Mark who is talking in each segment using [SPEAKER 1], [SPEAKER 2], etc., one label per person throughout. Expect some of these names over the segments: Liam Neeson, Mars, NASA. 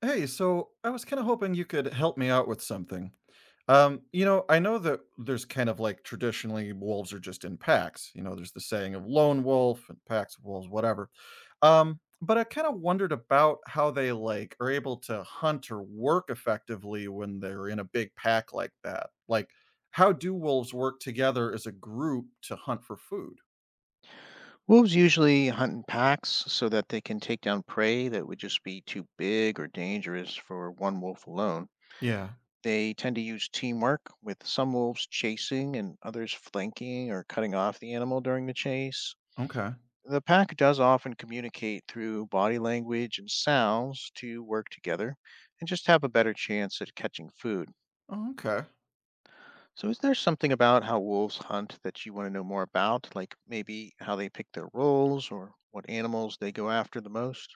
[SPEAKER 1] Hey, so I was kind of hoping you could help me out with something. You know, I know that there's kind of like traditionally wolves are just in packs. You know, there's the saying of lone wolf and packs of wolves, whatever. But I kind of wondered about how they like are able to hunt or work effectively when they're in a big pack like that. Like, how do wolves work together as a group to hunt for food?
[SPEAKER 2] Wolves usually hunt in packs so that they can take down prey that would just be too big or dangerous for one wolf alone.
[SPEAKER 1] Yeah.
[SPEAKER 2] They tend to use teamwork, with some wolves chasing and others flanking or cutting off the animal during the chase.
[SPEAKER 1] Okay.
[SPEAKER 2] The pack does often communicate through body language and sounds to work together and just have a better chance at catching food.
[SPEAKER 1] Oh, okay.
[SPEAKER 2] So, is there something about how wolves hunt that you want to know more about? Like maybe how they pick their roles or what animals they go after the most?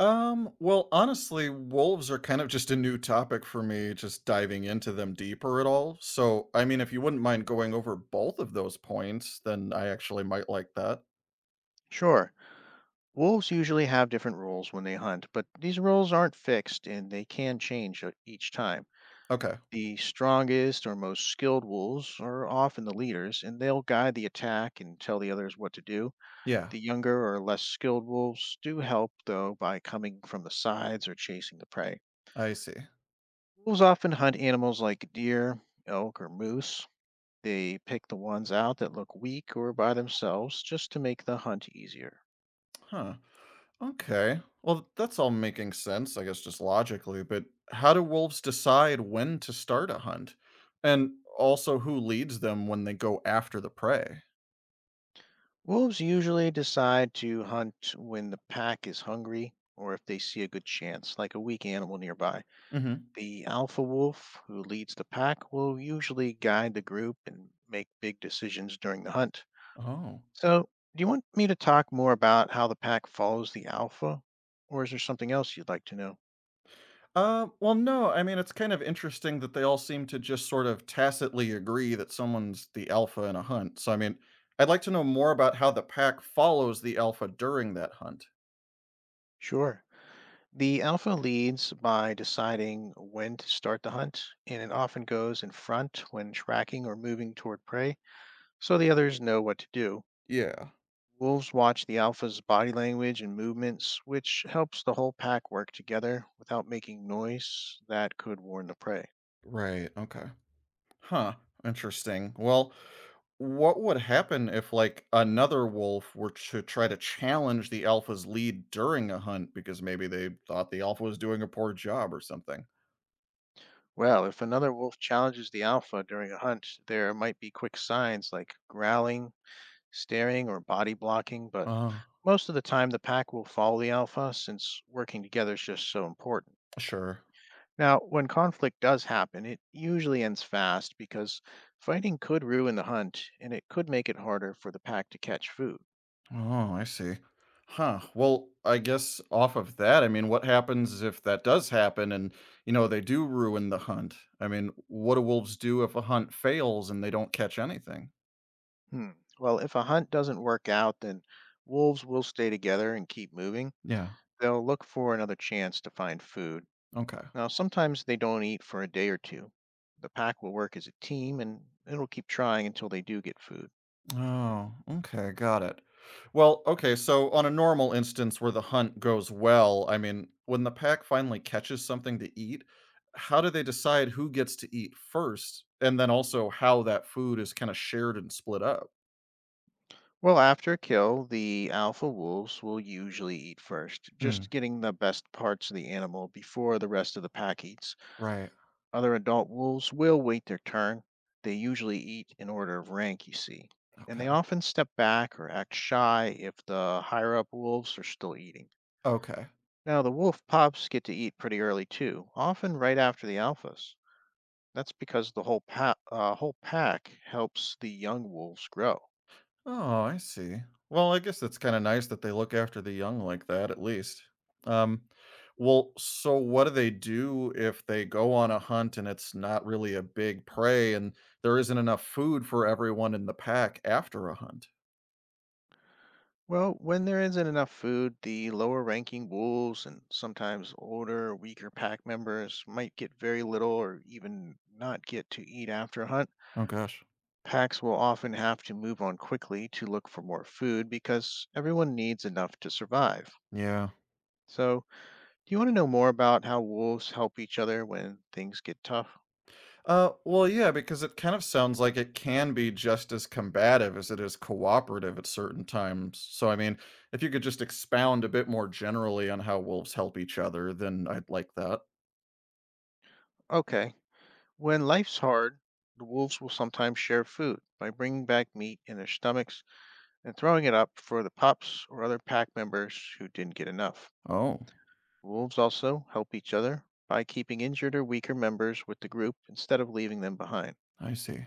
[SPEAKER 1] Well, honestly, wolves are kind of just a new topic for me, just diving into them deeper at all. So, I mean, if you wouldn't mind going over both of those points, then I actually might like that.
[SPEAKER 2] Sure. Wolves usually have different rules when they hunt, but these rules aren't fixed and they can change each time.
[SPEAKER 1] Okay.
[SPEAKER 2] The strongest or most skilled wolves are often the leaders, and they'll guide the attack and tell the others what to do.
[SPEAKER 1] Yeah,
[SPEAKER 2] The younger or less skilled wolves do help, though, by coming from the sides or chasing the prey.
[SPEAKER 1] I see.
[SPEAKER 2] Wolves often hunt animals like deer, elk, or moose. They pick the ones out that look weak or by themselves just to make the hunt easier.
[SPEAKER 1] Huh. Okay. Well, that's all making sense, I guess, just logically. But how do wolves decide when to start a hunt? And also, who leads them when they go after the prey?
[SPEAKER 2] Wolves usually decide to hunt when the pack is hungry or if they see a good chance, like a weak animal nearby.
[SPEAKER 1] Mm
[SPEAKER 2] The alpha wolf who leads the pack will usually guide the group and make big decisions during the hunt.
[SPEAKER 1] hmm.
[SPEAKER 2] So, do you want me to talk more about how the pack follows the alpha, or is there something else you'd like to know?
[SPEAKER 1] Well, no. I mean, it's kind of interesting that they all seem to just sort of tacitly agree that someone's the alpha in a hunt. So, I mean, I'd like to know more about how the pack follows the alpha during that hunt.
[SPEAKER 2] Sure. The alpha leads by deciding when to start the hunt, and it often goes in front when tracking or moving toward prey, so the others know what to do.
[SPEAKER 1] Yeah.
[SPEAKER 2] Wolves watch the alpha's body language and movements, which helps the whole pack work together without making noise that could warn the prey.
[SPEAKER 1] Right. Okay. Huh. Interesting. Well, what would happen if, like, another wolf were to try to challenge the alpha's lead during a hunt because maybe they thought the alpha was doing a poor job or something?
[SPEAKER 2] Well, if another wolf challenges the alpha during a hunt, there might be quick signs like growling, staring, or body blocking, but
[SPEAKER 1] Uh,
[SPEAKER 2] most of the time the pack will follow the alpha since working together is just so important.
[SPEAKER 1] sure.
[SPEAKER 2] Now, when conflict does happen, it usually ends fast because fighting could ruin the hunt and it could make it harder for the pack to catch food.
[SPEAKER 1] Oh, I see. Huh. Well, I guess off of that, I mean, what happens if that does happen and, you know, they do ruin the hunt? I mean, what do wolves do if a hunt fails and they don't catch anything?
[SPEAKER 2] Hmm. Well, if a hunt doesn't work out, then wolves will stay together and keep moving.
[SPEAKER 1] Yeah.
[SPEAKER 2] They'll look for another chance to find food.
[SPEAKER 1] Okay.
[SPEAKER 2] Now, sometimes they don't eat for a day or two. The pack will work as a team and it'll keep trying until they do get food.
[SPEAKER 1] Oh, okay. Got it. Well, okay. So, on a normal instance where the hunt goes well, I mean, when the pack finally catches something to eat, how do they decide who gets to eat first? And then also how that food is kind of shared and split up?
[SPEAKER 2] Well, after a kill, the alpha wolves will usually eat first,
[SPEAKER 1] Mm,
[SPEAKER 2] just getting the best parts of the animal before the rest of the pack eats.
[SPEAKER 1] right.
[SPEAKER 2] Other adult wolves will wait their turn. They usually eat in order of rank, you see. And
[SPEAKER 1] Okay.
[SPEAKER 2] they often step back or act shy if the higher up wolves are still eating.
[SPEAKER 1] Okay.
[SPEAKER 2] Now, the wolf pups get to eat pretty early too, often right after the alphas. That's because the whole pack helps the young wolves grow.
[SPEAKER 1] Oh, I see. Well, I guess it's kind of nice that they look after the young like that, at least. Um, well, so what do they do if they go on a hunt and it's not really a big prey and there isn't enough food for everyone in the pack after a hunt?
[SPEAKER 2] Well, when there isn't enough food, the lower ranking wolves and sometimes older, weaker pack members might get very little or even not get to eat after a hunt.
[SPEAKER 1] Oh, gosh.
[SPEAKER 2] Packs will often have to move on quickly to look for more food because everyone needs enough to survive.
[SPEAKER 1] Yeah.
[SPEAKER 2] So, do you want to know more about how wolves help each other when things get tough?
[SPEAKER 1] Well, yeah, because it kind of sounds like it can be just as combative as it is cooperative at certain times. So, I mean, if you could just expound a bit more generally on how wolves help each other, then I'd like that.
[SPEAKER 2] Okay. When life's hard, the wolves will sometimes share food by bringing back meat in their stomachs and throwing it up for the pups or other pack members who didn't get enough.
[SPEAKER 1] Oh,
[SPEAKER 2] Wolves also help each other by keeping injured or weaker members with the group instead of leaving them behind.
[SPEAKER 1] I see.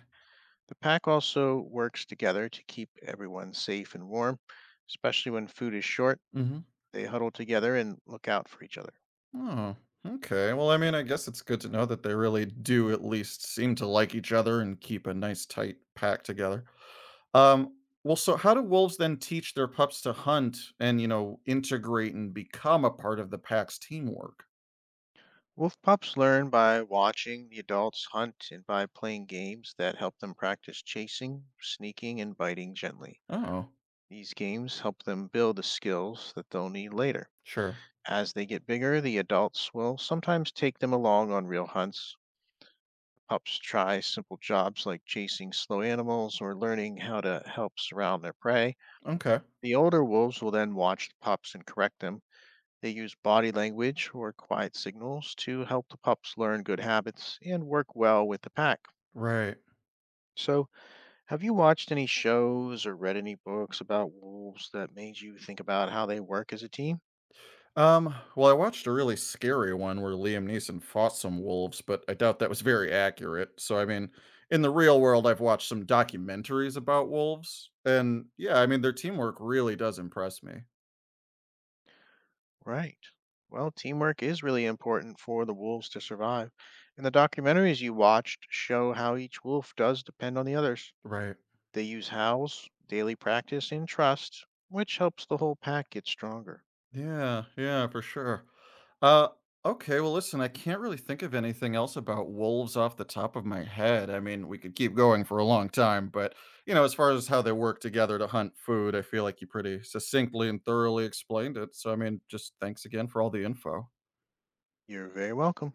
[SPEAKER 2] The pack also works together to keep everyone safe and warm, especially when food is short.
[SPEAKER 1] Mm-hmm.
[SPEAKER 2] They huddle together and look out for each other.
[SPEAKER 1] Oh, okay. Well, I mean, I guess it's good to know that they really do at least seem to like each other and keep a nice tight pack together. Um, well, so how do wolves then teach their pups to hunt and, you know, integrate and become a part of the pack's teamwork?
[SPEAKER 2] Wolf pups learn by watching the adults hunt and by playing games that help them practice chasing, sneaking, and biting gently.
[SPEAKER 1] Oh.
[SPEAKER 2] These games help them build the skills that they'll need later.
[SPEAKER 1] Sure.
[SPEAKER 2] As they get bigger, the adults will sometimes take them along on real hunts. Pups try simple jobs like chasing slow animals or learning how to help surround their prey.
[SPEAKER 1] Okay.
[SPEAKER 2] The older wolves will then watch the pups and correct them. They use body language or quiet signals to help the pups learn good habits and work well with the pack.
[SPEAKER 1] Right.
[SPEAKER 2] So, have you watched any shows or read any books about wolves that made you think about how they work as a team?
[SPEAKER 1] Well, I watched a really scary one where Liam Neeson fought some wolves, but I doubt that was very accurate. So, I mean, in the real world, I've watched some documentaries about wolves, and yeah, I mean, their teamwork really does impress me.
[SPEAKER 2] Right. Well, teamwork is really important for the wolves to survive, and the documentaries you watched show how each wolf does depend on the others.
[SPEAKER 1] Right.
[SPEAKER 2] They use howls, daily practice, and trust, which helps the whole pack get stronger.
[SPEAKER 1] Yeah, yeah, for sure. Uh, okay, well, listen, I can't really think of anything else about wolves off the top of my head. I mean, we could keep going for a long time, but you know, as far as how they work together to hunt food, I feel like you pretty succinctly and thoroughly explained it. So, I mean, just thanks again for all the info.
[SPEAKER 2] You're very welcome.